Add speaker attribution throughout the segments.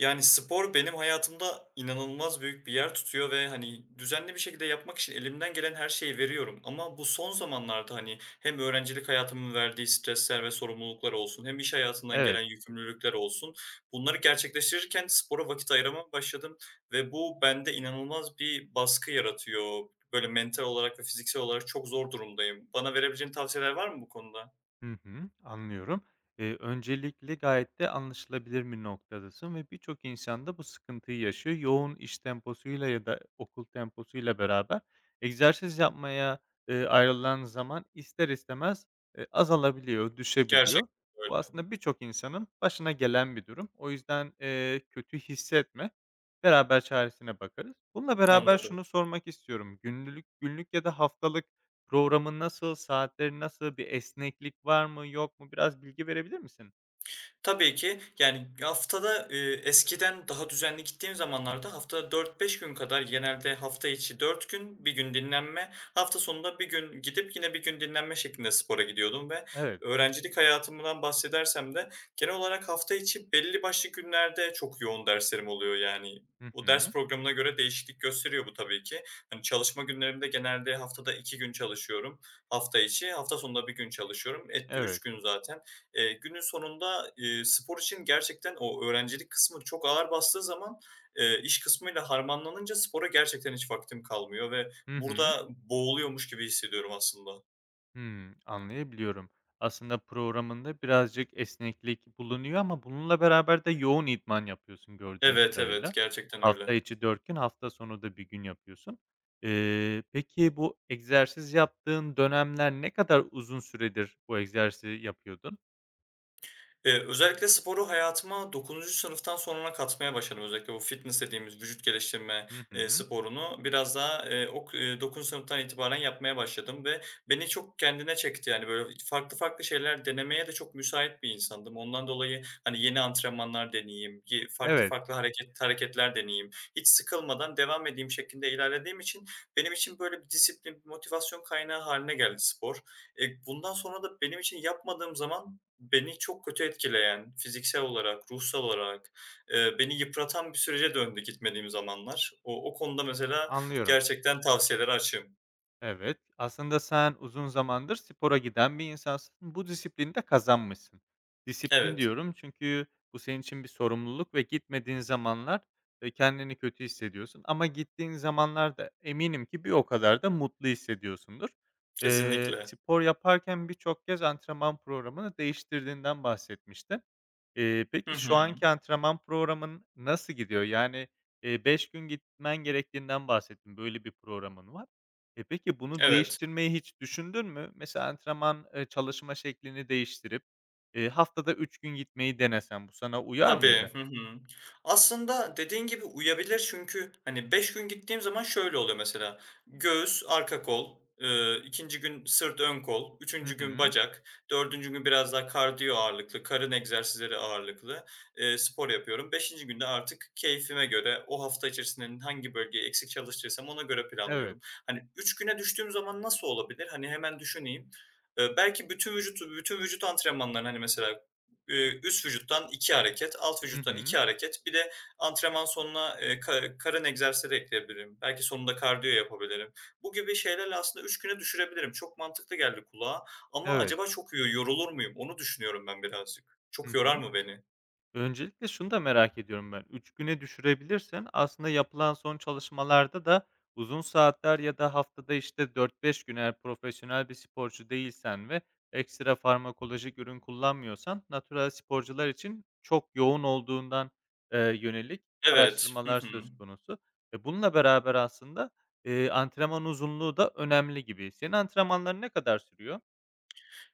Speaker 1: Yani, spor benim hayatımda inanılmaz büyük bir yer tutuyor ve, hani, düzenli bir şekilde yapmak için elimden gelen her şeyi veriyorum ama bu son zamanlarda, hani, hem öğrencilik hayatımın verdiği stresler ve sorumluluklar olsun hem iş hayatından
Speaker 2: Evet.
Speaker 1: gelen yükümlülükler olsun, bunları gerçekleştirirken spora vakit ayıramaya başladım ve bu bende inanılmaz bir baskı yaratıyor. Böyle, mental olarak ve fiziksel olarak çok zor durumdayım. Bana verebileceğin tavsiyeler var mı bu konuda?
Speaker 2: Hı hı. Anlıyorum. Öncelikle gayet de anlaşılabilir bir noktadasın ve birçok insan da bu sıkıntıyı yaşıyor. Yoğun iş temposuyla ya da okul temposuyla beraber egzersiz yapmaya, ayrılan zaman ister istemez, azalabiliyor, düşebiliyor.
Speaker 1: Gerçekten
Speaker 2: Bu
Speaker 1: öyle.
Speaker 2: aslında birçok insanın başına gelen bir durum. O yüzden, kötü hissetme. Beraber çaresine bakarız. Bununla beraber
Speaker 1: Anladım.
Speaker 2: şunu sormak istiyorum. Günlük ya da haftalık programın nasıl, saatleri nasıl, bir esneklik var mı, yok mu? Biraz bilgi verebilir misin?
Speaker 1: Tabii ki. Yani haftada, eskiden daha düzenli gittiğim zamanlarda haftada 4-5 gün kadar genelde hafta içi 4 gün, bir gün dinlenme, hafta sonunda bir gün gidip yine bir gün dinlenme şeklinde spora gidiyordum ve
Speaker 2: Evet.
Speaker 1: öğrencilik hayatımdan bahsedersem de genel olarak hafta içi belli başlı günlerde çok yoğun derslerim oluyor yani.
Speaker 2: Hı
Speaker 1: O
Speaker 2: hı.
Speaker 1: ders programına göre değişiklik gösteriyor bu tabii ki. Hani çalışma günlerimde genelde haftada 2 gün çalışıyorum hafta içi, hafta sonunda bir gün çalışıyorum. Etti 3
Speaker 2: Evet.
Speaker 1: gün zaten. Günün sonunda, spor için gerçekten o öğrencilik kısmı çok ağır bastığı zaman, iş kısmıyla harmanlanınca spora gerçekten hiç vaktim kalmıyor ve
Speaker 2: Hı hı.
Speaker 1: burada boğuluyormuş gibi hissediyorum aslında.
Speaker 2: Hımm, anlayabiliyorum. Aslında programında birazcık esneklik bulunuyor ama bununla beraber de yoğun idman yapıyorsun gördüğüm
Speaker 1: Evet,
Speaker 2: kadarıyla.
Speaker 1: evet, gerçekten
Speaker 2: Hafta
Speaker 1: öyle.
Speaker 2: içi 4 gün, hafta sonu da bir gün yapıyorsun. Peki bu egzersiz yaptığın dönemler ne kadar uzun süredir bu egzersizi yapıyordun?
Speaker 1: Özellikle sporu hayatıma 9. sınıftan sonra katmaya başladım. Özellikle bu fitness dediğimiz vücut geliştirme,
Speaker 2: Hı hı.
Speaker 1: sporunu biraz daha, 9. sınıftan itibaren yapmaya başladım ve beni çok kendine çekti. Yani, böyle, farklı farklı şeyler denemeye de çok müsait bir insandım. Ondan dolayı, hani, yeni antrenmanlar deneyeyim, farklı
Speaker 2: Evet,
Speaker 1: farklı hareketler deneyeyim, hiç sıkılmadan devam edeyim şeklinde ilerlediğim için benim için, böyle, bir disiplin, bir motivasyon kaynağı hâline geldi spor. Bundan sonra da benim için yapmadığım zaman beni çok kötü etkileyen, fiziksel olarak, ruhsal olarak, beni yıpratan bir sürece döndü gitmediğim zamanlar. O konuda mesela
Speaker 2: anlıyorum.
Speaker 1: gerçekten tavsiyelere açığım.
Speaker 2: Evet, aslında sen uzun zamandır spora giden bir insansın. Bu disiplini de kazanmışsın. Disiplin
Speaker 1: Evet,
Speaker 2: diyorum çünkü bu senin için bir sorumluluk ve gitmediğin zamanlar, kendini kötü hissediyorsun ama gittiğin zamanlarda eminim ki bir o kadar da mutlu hissediyorsundur.
Speaker 1: kesinlikle.
Speaker 2: Spor yaparken birçok kez antrenman programını değiştirdiğinden bahsetmiştin. Peki
Speaker 1: Hı
Speaker 2: şu
Speaker 1: hı.
Speaker 2: anki antrenman programın nasıl gidiyor? Yani, 5 gün gitmen gerektiğinden bahsettin, böyle bir programın var. E, peki bunu
Speaker 1: Evet.
Speaker 2: değiştirmeyi hiç düşündün mü? Mesela antrenman, çalışma şeklini değiştirip, haftada 3 gün gitmeyi denesen bu sana uyar
Speaker 1: Tabii.
Speaker 2: mıydı?
Speaker 1: Hı hı. Aslında dediğin gibi uyabilir çünkü, hani, 5 gün gittiğim zaman şöyle oluyor mesela: Göğüs, arka kol, 2'nci gün sırt, ön kol,
Speaker 2: Hı
Speaker 1: üçüncü gün
Speaker 2: hı.
Speaker 1: bacak, dördüncü gün biraz daha kardiyo ağırlıklı, karın egzersizleri ağırlıklı, spor yapıyorum. Beşinci günde artık keyfime göre o hafta içerisinde hangi bölgeyi eksik çalıştırsam ona göre
Speaker 2: Evet.
Speaker 1: planlıyorum. Hani, 3 güne düştüğüm zaman nasıl olabilir? Hani, hemen düşüneyim. Belki bütün vücut antrenmanlarını, hani, mesela ee, üst vücuttan 2 hareket, alt
Speaker 2: Hı
Speaker 1: vücuttan
Speaker 2: hı.
Speaker 1: 2 hareket. Bir de antrenman sonuna, ka karın egzersizi ekleyebilirim. Belki sonunda kardiyo yapabilirim. Bu gibi şeylerle aslında 3 güne düşürebilirim. Çok mantıklı geldi kulağa ama
Speaker 2: Evet.
Speaker 1: acaba çok yorulur muyum? Onu düşünüyorum ben birazcık.
Speaker 2: Hı
Speaker 1: Çok yorar
Speaker 2: hı.
Speaker 1: mı beni?
Speaker 2: Öncelikle şunu da merak ediyorum ben. 3 güne düşürebilirsen aslında yapılan son çalışmalarda da uzun saatler ya da haftada, işte, 4-5 gün eğer profesyonel bir sporcu değilsen ve ekstra farmakolojik ürün kullanmıyorsan natural sporcular için çok yoğun olduğundan, yönelik
Speaker 1: Evet. Hı
Speaker 2: araştırmalar
Speaker 1: hı.
Speaker 2: söz konusu. E, bununla beraber aslında, antrenman uzunluğu da önemli gibi. Senin antrenmanların ne kadar sürüyor?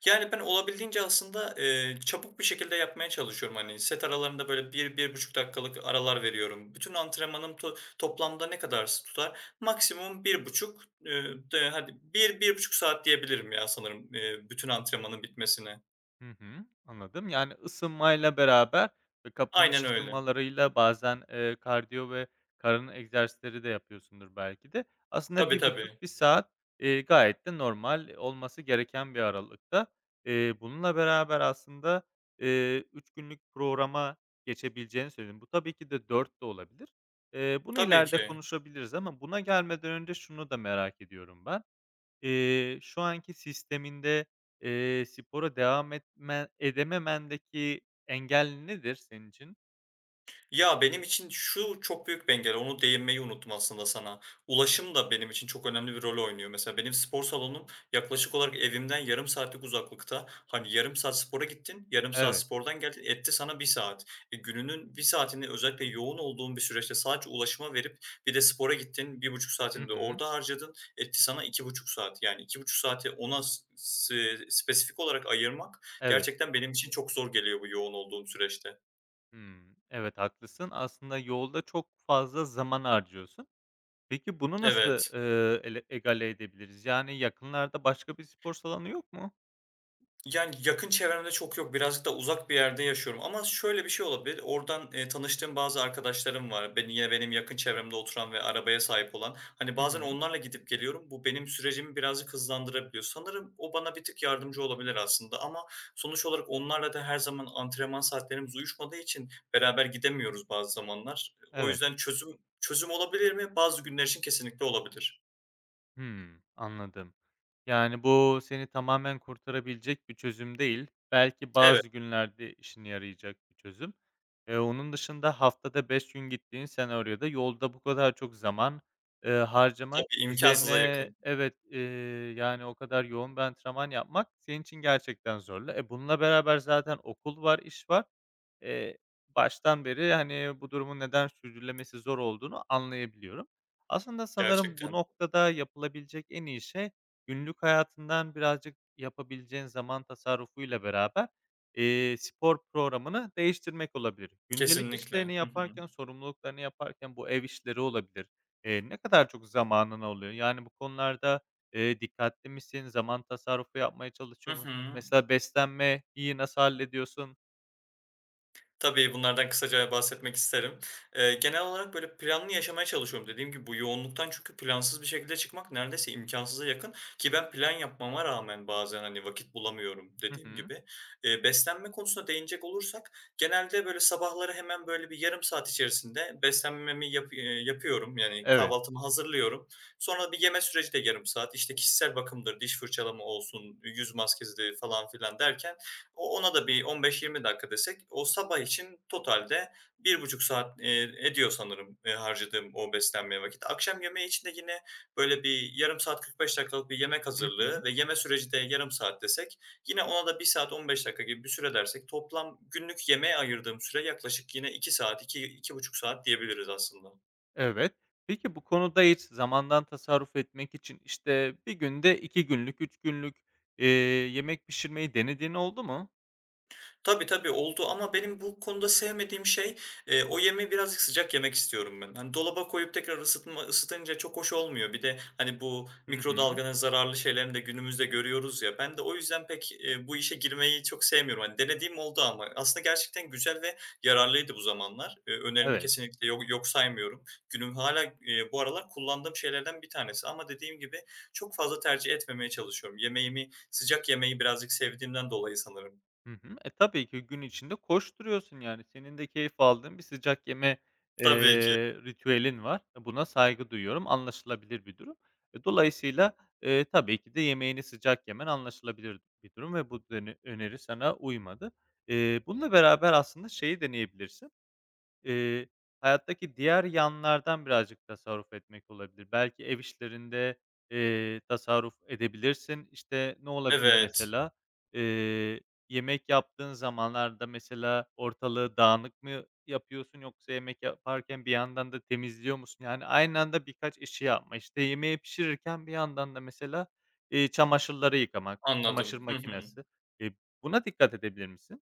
Speaker 1: Yani, ben olabildiğince aslında, çabuk bir şekilde yapmaya çalışıyorum. Hani, set aralarında böyle bir bir buçuk dakikalık aralar veriyorum. Bütün antrenmanım toplamda ne kadar tutar? Maksimum 1,5, de hadi bir bir buçuk saat diyebilirim ya sanırım, bütün antrenmanın bitmesine.
Speaker 2: Hı hı, anladım. Yani ısınmayla beraber ve kapanış
Speaker 1: Aynen öyle.
Speaker 2: ısınmalarıyla bazen, kardiyo ve karın egzersizleri de yapıyorsundur belki de. Aslında
Speaker 1: Tabii,
Speaker 2: bir
Speaker 1: tabii.
Speaker 2: buçuk bir saat, gayet de normal olması gereken bir aralıkta. Bununla beraber aslında, 3 günlük programa geçebileceğini söyledin. Bu tabii ki de 4 de olabilir. Bunu
Speaker 1: Tabii
Speaker 2: ileride
Speaker 1: ki.
Speaker 2: konuşabiliriz ama buna gelmeden önce şunu da merak ediyorum ben. Şu anki sisteminde, spora devam edememendeki engel nedir senin için?
Speaker 1: Ya, benim için şu çok büyük bir engel, onu değinmeyi unuttum aslında sana. Ulaşım da benim için çok önemli bir rol oynuyor. Mesela benim spor salonum yaklaşık olarak evimden yarım saatlik uzaklıkta. Hani yarım saat spora gittin, yarım saat
Speaker 2: Evet.
Speaker 1: spordan geldin, etti sana bir saat. E, gününün bir saatini özellikle yoğun olduğun bir süreçte sadece ulaşıma verip bir de spora gittin, 1,5
Speaker 2: Hı
Speaker 1: saatini de
Speaker 2: hı.
Speaker 1: orada harcadın, etti sana 2,5 saat. Yani 2,5 saati ona s s spesifik olarak ayırmak
Speaker 2: Evet.
Speaker 1: gerçekten benim için çok zor geliyor bu yoğun olduğum süreçte.
Speaker 2: Hımm. Evet, haklısın. Aslında yolda çok fazla zaman harcıyorsun. Peki bunu nasıl,
Speaker 1: Evet.
Speaker 2: egale edebiliriz? Yani yakınlarda başka bir spor salonu yok mu?
Speaker 1: Yani, yakın çevremde çok yok. Birazcık da uzak bir yerde yaşıyorum ama şöyle bir şey olabilir. Oradan, tanıştığım bazı arkadaşlarım var. Beni yine benim yakın çevremde oturan ve arabaya sahip olan. Hani,
Speaker 2: Hı
Speaker 1: bazen
Speaker 2: hı.
Speaker 1: onlarla gidip geliyorum. Bu benim sürecimi birazcık hızlandırabiliyor. Sanırım o bana bir tık yardımcı olabilir aslında ama sonuç olarak onlarla da her zaman antrenman saatlerimiz uyuşmadığı için beraber gidemiyoruz bazı zamanlar. O
Speaker 2: Evet.
Speaker 1: yüzden çözüm olabilir mi? Bazı günler için kesinlikle olabilir.
Speaker 2: Hımm, anladım. Yani, bu seni tamamen kurtarabilecek bir çözüm değil. Belki
Speaker 1: Evet,
Speaker 2: bazı günlerde işine yarayacak bir çözüm. Onun dışında haftada 5 gün gittiğin senaryoda yolda bu kadar çok zaman, harcamak
Speaker 1: tabii imkânsıza
Speaker 2: üzerine
Speaker 1: yakın
Speaker 2: evet, yani, o kadar yoğun bir antrenman yapmak senin için gerçekten zorlu. E, bununla beraber zaten okul var, iş var. Eee, baştan beri, hani, bu durumun neden sürdürülemesi zor olduğunu anlayabiliyorum. Aslında sanırım bu
Speaker 1: gerçekten.
Speaker 2: noktada yapılabilecek en iyi şey günlük hayatından birazcık yapabileceğin zaman tasarrufuyla beraber, spor programını değiştirmek olabilir. Gündelik işlerini
Speaker 1: Kesinlikle. Hı hı.
Speaker 2: yaparken, sorumluluklarını yaparken bu ev işleri olabilir. Ne kadar çok zamanın oluyor? Yani bu konularda, dikkatli misin? Zaman tasarrufu yapmaya
Speaker 1: Hı
Speaker 2: çalışıyor musun?
Speaker 1: hı.
Speaker 2: Mesela beslenmeyi nasıl hallediyorsun?
Speaker 1: Tabii, bunlardan kısaca bahsetmek isterim. Genel olarak, böyle, planlı yaşamaya çalışıyorum. Dediğim gibi bu yoğunluktan çünkü plansız bir şekilde çıkmak neredeyse imkânsıza yakın ki ben plan yapmama rağmen bazen, hani, vakit bulamıyorum
Speaker 2: Hı
Speaker 1: dediğim
Speaker 2: hı.
Speaker 1: gibi. Beslenme konusuna değinecek olursak genelde, böyle, sabahları hemen, böyle, bir yarım saat içerisinde beslenmemi yapıyorum. Yani
Speaker 2: Evet.
Speaker 1: kahvaltımı hazırlıyorum. Sonra bir yeme süreci de yarım saat. İşte, kişisel bakımdır, diş fırçalama olsun, yüz maskesidir falan filan derken ona da bir 15-20 dakika desek o sabah için totalde bir buçuk saat, ediyor sanırım, harcadığım o beslenmeye vakit. Akşam yemeği için de yine böyle bir yarım saat 45 dakikalık bir yemek
Speaker 2: Hı hı.
Speaker 1: hazırlığı ve yeme süreci de yarım saat desek yine ona da bir saat 15 dakika gibi bir süre dersek toplam günlük yemeğe ayırdığım süre yaklaşık yine 2 saat, iki iki buçuk saat diyebiliriz aslında.
Speaker 2: Evet. Peki bu konuda hiç zamandan tasarruf etmek için, işte, bir günde 2 günlük, 3 günlük, eee, yemek pişirmeyi denediğin oldu mu?
Speaker 1: Tabii, tabii oldu ama benim bu konuda sevmediğim şey, o yemeği birazcık sıcak yemek istiyorum ben. Hani, dolaba koyup tekrar ısıtınca çok hoş olmuyor. Bir de, hani, bu
Speaker 2: Hı hı.
Speaker 1: mikrodalganın zararlı şeylerini de günümüzde görüyoruz ya. Ben de o yüzden pek, bu işe girmeyi çok sevmiyorum. Hani, denediğim oldu ama aslında gerçekten güzel ve yararlıydı bu zamanlar. Önerini
Speaker 2: Evet.
Speaker 1: kesinlikle yok saymıyorum. Günüm hala bu aralar kullandığım şeylerden bir tanesi ama dediğim gibi çok fazla tercih etmemeye çalışıyorum. Yemeğimi, sıcak yemeyi birazcık sevdiğimden dolayı sanırım.
Speaker 2: Hı hı. E, tabii ki gün içinde koşturuyorsun, yani, senin de keyif aldığın bir sıcak yeme, eee,
Speaker 1: Tabii ki.
Speaker 2: ritüelin var. E, buna saygı duyuyorum, anlaşılabilir bir durum. E, dolayısıyla, tabii ki de yemeğini sıcak yemen anlaşılabilir bir durum ve bu öneri sana uymadı. Bununla beraber aslında şeyi deneyebilirsin. Eee, hayattaki diğer yanlardan birazcık tasarruf etmek olabilir. Belki ev işlerinde, tasarruf edebilirsin. İşte, ne olabilir
Speaker 1: Evet,
Speaker 2: mesela? Eee, yemek yaptığın zamanlarda mesela ortalığı dağınık mı yapıyorsun yoksa yemek yaparken bir yandan da temizliyor musun? Yani aynı anda birkaç işi yapma. İşte, yemeği pişirirken bir yandan da mesela, çamaşırları yıkamak, çamaşır
Speaker 1: anladım. Hı hı.
Speaker 2: makinesi. Eee, buna dikkat edebilir misin?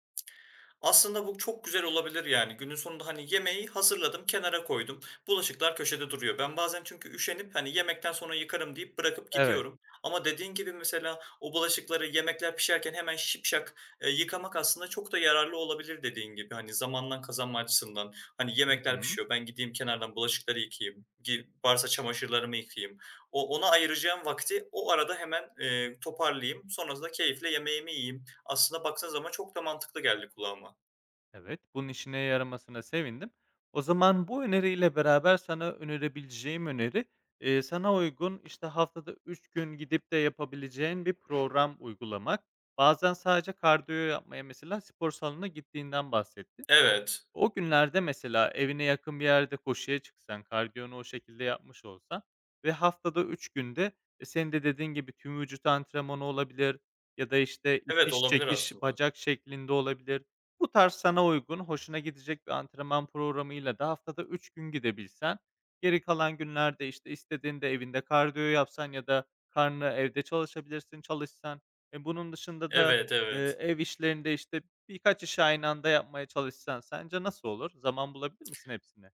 Speaker 1: Aslında bu çok güzel olabilir yani. Günün sonunda, hani, yemeği hazırladım, kenara koydum. Bulaşıklar köşede duruyor. Ben bazen çünkü üşenip, hani, yemekten sonra yıkarım deyip bırakıp
Speaker 2: Evet.
Speaker 1: gidiyorum. Ama dediğin gibi mesela o bulaşıkları yemekler pişerken hemen şipşak, yıkamak aslında çok da yararlı olabilir dediğin gibi. Hani, zamandan kazanma açısından. Hani,
Speaker 2: Hı
Speaker 1: yemekler
Speaker 2: hı.
Speaker 1: pişiyor, ben gideyim kenardan bulaşıkları yıkayayım, varsa çamaşırlarımı yıkayayım. Ona ayıracağım vakti o arada hemen, toparlayayım. Sonrasında keyifle yemeğimi yiyeyim. Aslında baktığın zaman çok da mantıklı geldi kulağıma.
Speaker 2: Evet, bunun işine yaramasına sevindim. O zaman bu öneriyle beraber sana önerebileceğim öneri, sana uygun, işte, haftada 3 gün gidip de yapabileceğin bir program uygulamak. Bazen sadece kardiyo yapmaya mesela spor salonuna gittiğinden bahsettin.
Speaker 1: Evet.
Speaker 2: O günlerde mesela evine yakın bir yerde koşuya çıksan, kardiyonu o şekilde yapmış olsan ve haftada 3 günde, senin de dediğin gibi tüm vücut antrenmanı olabilir ya da, işte,
Speaker 1: Evet,
Speaker 2: itiş
Speaker 1: olabilir
Speaker 2: çekiş
Speaker 1: aslında.
Speaker 2: bacak şeklinde olabilir. Bu tarz sana uygun, hoşuna gidecek bir antrenman programıyla da haftada 3 gün gidebilsen, geri kalan günlerde, işte, istediğinde evinde kardiyo yapsan ya da karnı evde çalışabilirsin, çalışsan. E, bunun dışında da,
Speaker 1: Evet, evet.
Speaker 2: ev işlerinde, işte, birkaç işi aynı anda yapmaya çalışsan sence nasıl olur? Zaman bulabilir misin hepsine?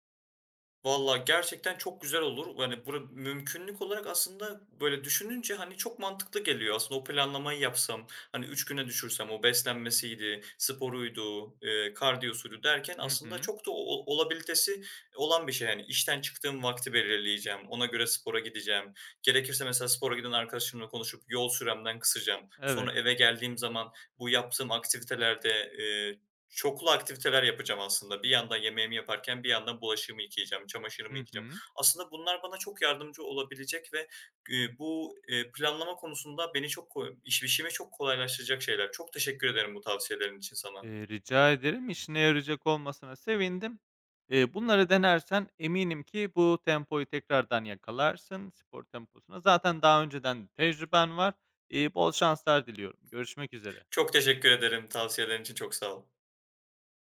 Speaker 1: Valla gerçekten çok güzel olur. Yani bura mümkünlük olarak aslında böyle düşününce, hani, çok mantıklı geliyor. Aslında o planlamayı yapsam, hani, 3 güne düşürsem o beslenmesiydi, sporuydu, kardiyosuydu derken
Speaker 2: Hı
Speaker 1: aslında
Speaker 2: hı.
Speaker 1: çok da o olabilitesi olan bir şey. Yani, işten çıktığım vakti belirleyeceğim, ona göre spora gideceğim. Gerekirse mesela spora giden arkadaşımla konuşup yol süremden kısacağım.
Speaker 2: Evet.
Speaker 1: Sonra eve geldiğim zaman bu yaptığım aktivitelerde, çoklu aktiviteler yapacağım aslında. Bir yandan yemeğimi yaparken bir yandan bulaşığımı yıkayacağım, çamaşırımı
Speaker 2: Hı
Speaker 1: yıkayacağım.
Speaker 2: hı.
Speaker 1: Aslında bunlar bana çok yardımcı olabilecek ve, bu, planlama konusunda beni çok ko iş işimi çok kolaylaştıracak şeyler. Çok teşekkür ederim bu tavsiyelerin için sana.
Speaker 2: Rica ederim. İşine yarayacak olmasına sevindim. Bunları denersen eminim ki bu tempoyu tekrardan yakalarsın spor temposuna. Zaten daha önceden tecrüben var. Bol şanslar diliyorum. Görüşmek üzere.
Speaker 1: Çok teşekkür ederim. Tavsiyelerin için çok sağ ol.